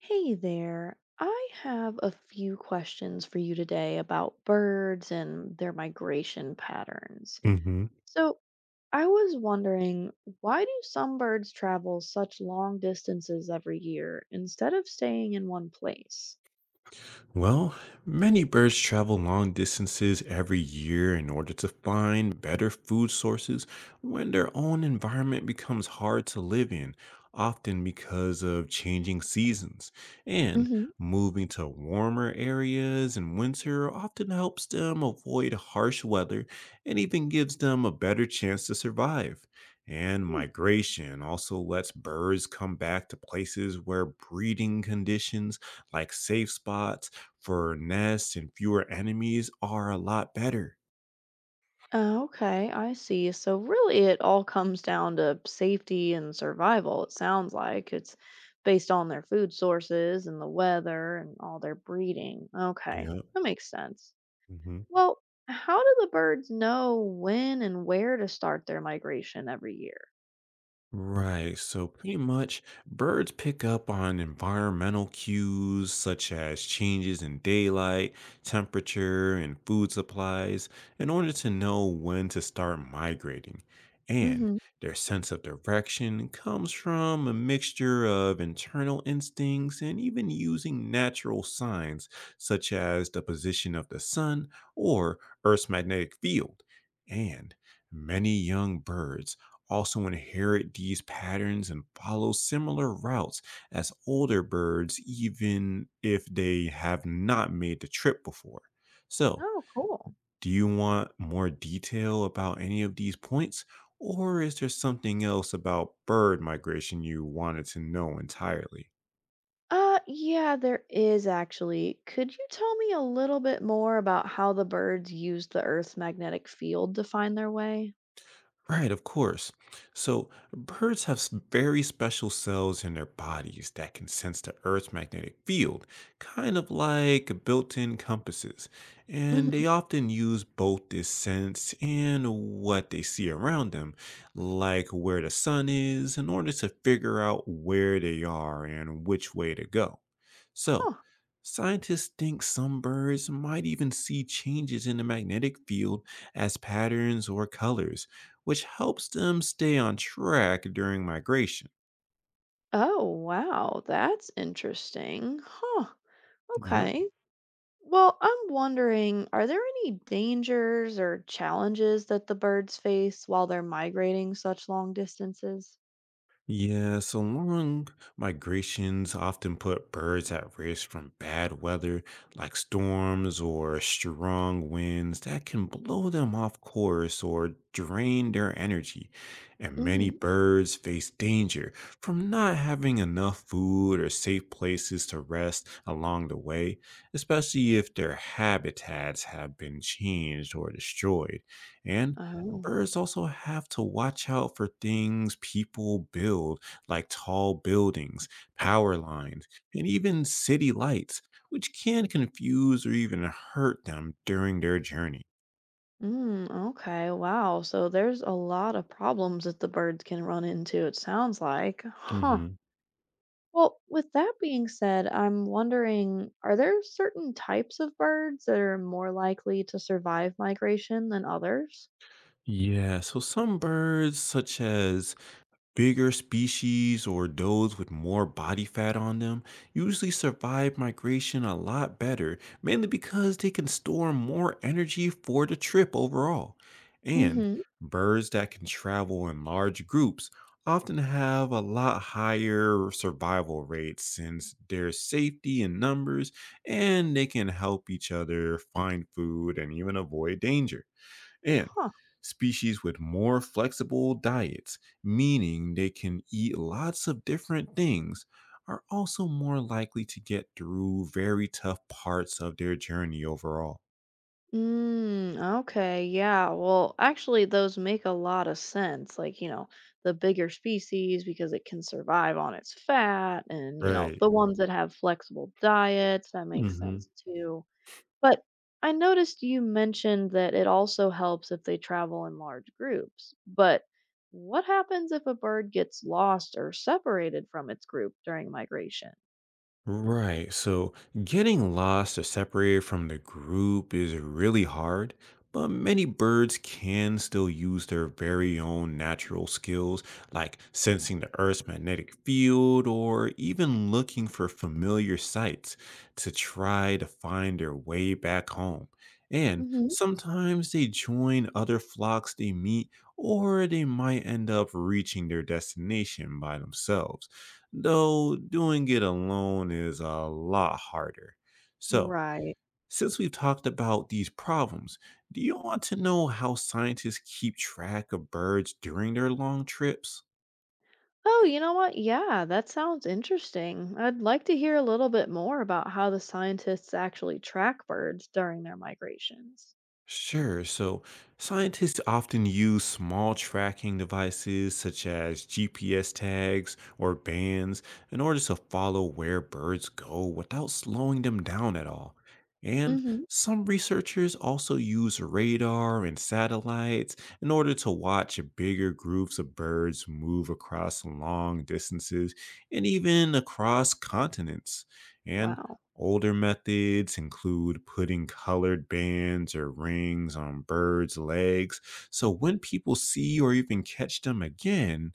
Hey there. I have a few questions for you today about birds and their migration patterns. Mhm. So, I was wondering, why do some birds travel such long distances every year instead of staying in one place? Well, many birds travel long distances every year in order to find better food sources when their own environment becomes hard to live in, often because of changing seasons. And Hmm. moving to warmer areas in winter often helps them avoid harsh weather and even gives them a better chance to survive. And migration also lets birds come back to places where breeding conditions, like safe spots, for nests and fewer enemies are a lot better. Okay, I see. So, really, it all comes down to safety and survival, it sounds like. It's based on their food sources and the weather and all their breeding. Okay, Yep. that makes sense. Mhm. Well, how do the birds know when and where to start their migration every year? Right. So pretty much birds pick up on environmental cues such as changes in daylight, temperature, and food supplies in order to know when to start migrating. And Hmm. their sense of direction comes from a mixture of internal instincts and even using natural signs such as the position of the sun or Earth's magnetic field. And many young birds also inherit these patterns and follow similar routes as older birds, even if they have not made the trip before. So, Oh, cool. do you want more detail about any of these points, or is there something else about bird migration you wanted to know entirely? Yeah, there is actually. Could you tell me a little bit more about how the birds use the Earth's magnetic field to find their way? Right, of course. So, birds have very special cells in their bodies that can sense the Earth's magnetic field, kind of like built in compasses. And Hmm. they often use both this sense and what they see around them, like where the sun is, in order to figure out where they are and which way to go. So, Huh. scientists think some birds might even see changes in the magnetic field as patterns or colors which helps them stay on track during migration. Oh, wow. That's interesting. Huh. Yep. Okay. Well, I'm wondering, are there any dangers or challenges that the birds face while they're migrating such long distances? Yeah, so long migrations often put birds at risk from bad weather like storms or strong winds that can blow them off course or drain their energy. And many birds face danger from not having enough food or safe places to rest along the way, especially if their habitats have been changed or destroyed. And Oh. birds also have to watch out for things people build, like tall buildings, power lines, and even city lights, which can confuse or even hurt them during their journey. Mm, okay. Wow. So there's a lot of problems that the birds can run into, it sounds like. Huh. Hmm. Well, with that being said, I'm wondering, are there certain types of birds that are more likely to survive migration than others? Yeah, so some birds, such as bigger species or those with more body fat on them usually survive migration a lot better, mainly because they can store more energy for the trip overall. And Hmm. birds that can travel in large groups often have a lot higher survival rates since their safety in numbers and they can help each other find food and even avoid danger. And Huh. species with more flexible diets, meaning they can eat lots of different things, are also more likely to get through very tough parts of their journey overall. Mm, okay, yeah. Well, actually, those make a lot of sense. Like, the bigger species because it can survive on its fat, and, Right. the ones that have flexible diets, that makes Hmm. sense too. But I noticed you mentioned that it also helps if they travel in large groups. But what happens if a bird gets lost or separated from its group during migration? Right. So getting lost or separated from the group is really hard, but many birds can still use their very own natural skills, like sensing the Earth's magnetic field or even looking for familiar sights to try to find their way back home. And Hmm. sometimes they join other flocks they meet, or they might end up reaching their destination by themselves though doing it alone is a lot harder. So, Right. since we've talked about these problems, do you want to know how scientists keep track of birds during their long trips? Oh, you know what? Yeah, that sounds interesting. I'd like to hear a little bit more about how the scientists actually track birds during their migrations. Sure. So scientists often use small tracking devices such as GPS tags or bands in order to follow where birds go without slowing them down at all. And Mm-hmm. some researchers also use radar and satellites in order to watch bigger groups of birds move across long distances and even across continents. And Wow. older methods include putting colored bands or rings on birds' legs. So when people see or even catch them again,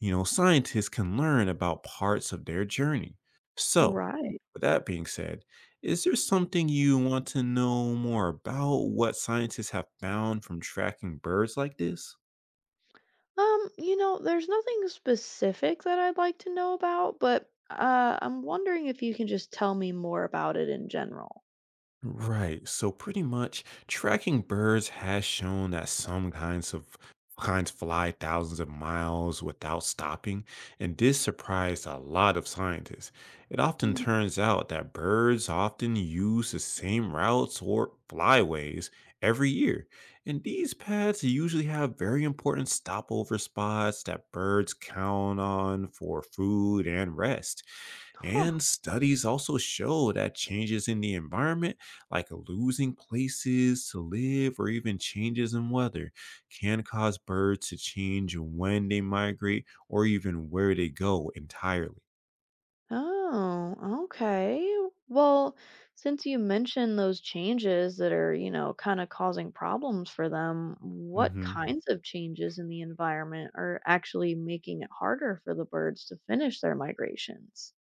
you know, scientists can learn about parts of their journey. So, Right. with that being said, is there something you want to know more about what scientists have found from tracking birds like this? There's nothing specific that I'd like to know about, but I'm wondering if you can just tell me more about it in general. Right. So pretty much tracking birds has shown that some kinds fly thousands of miles without stopping, and this surprised a lot of scientists. It often Mhm. turns out that birds often use the same routes or flyways every year, and these paths usually have very important stopover spots that birds count on for food and rest. Huh. And studies also show that changes in the environment like losing places to live or even changes in weather can cause birds to change when they migrate or even where they go entirely. Oh, okay. Well, since you mentioned those changes that are, kind of causing problems for them, what, Mhm, Mhm. kinds of changes in the environment are actually making it harder for the birds to finish their migrations?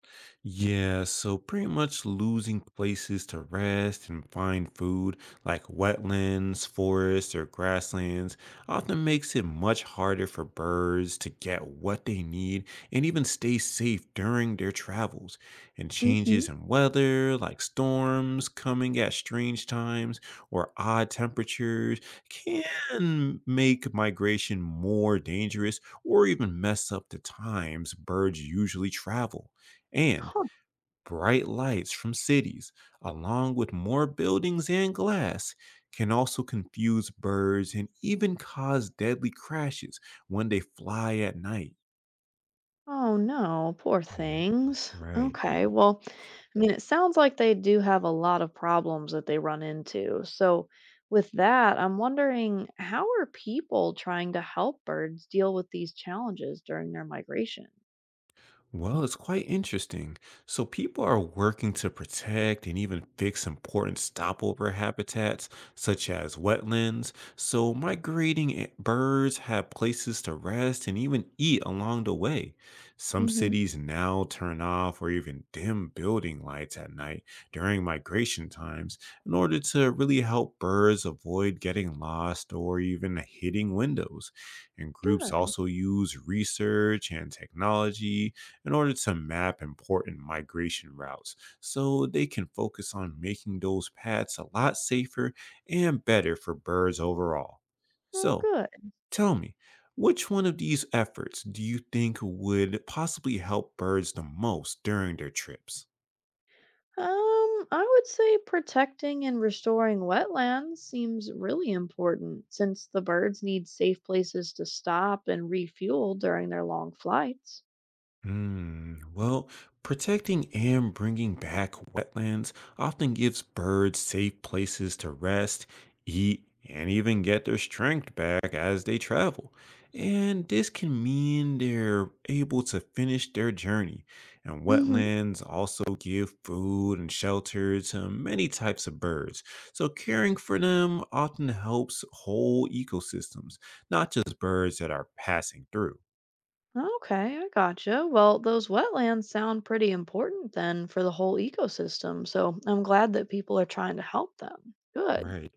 Yeah, so pretty much losing places to rest and find food, like wetlands, forests, or grasslands, often makes it much harder for birds to get what they need and even stay safe during their travels. And Mhm. changes in weather, like storms coming at strange times or odd temperatures, can make migration more dangerous or even mess up the times birds usually travel. And bright lights from cities, along with more buildings and glass, can also confuse birds and even cause deadly crashes when they fly at night. Oh no, poor Yeah, things. right. Okay, well, I mean, it sounds like they do have a lot of problems that they run into. So, with that, I'm wondering how are people trying to help birds deal with these challenges during their migration? Well, it's quite interesting. So, people are working to protect and even fix important stopover habitats, such as wetlands. So, migrating birds have places to rest and even eat along the way. Some Hmm. cities now turn off or even dim building lights at night during migration times in order to really help birds avoid getting lost or even hitting windows. And groups Good. also use research and technology in order to map important migration routes so they can focus on making those paths a lot safer and better for birds overall. Oh, So, good. tell me, which one of these efforts do you think would possibly help birds the most during their trips? I would say protecting and restoring wetlands seems really important since the birds need safe places to stop and refuel during their long flights. Mm, well, protecting and bringing back wetlands often gives birds safe places to rest, eat, and even get their strength back as they travel. And this can mean they're able to finish their journey. And wetlands also give food and shelter to many types of birds. So caring for them often helps whole ecosystems, not just birds that are passing through. Okay, I gotcha. Well, those wetlands sound pretty important then for the whole ecosystem, so I'm glad that people are trying to help them. Good. Right.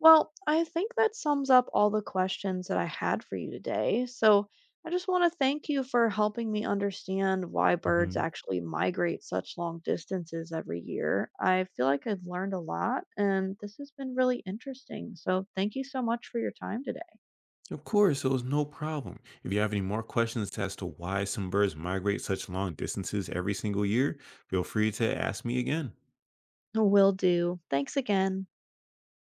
Well, I think that sums up all the questions that I had for you today. So I just want to thank you for helping me understand why birds actually migrate such long distances every year. I feel like I've learned a lot, and this has been really interesting. So thank you so much for your time today. Of course, it was no problem. If you have any more questions as to why some birds migrate such long distances every single year, feel free to ask me again. Will do. Thanks again.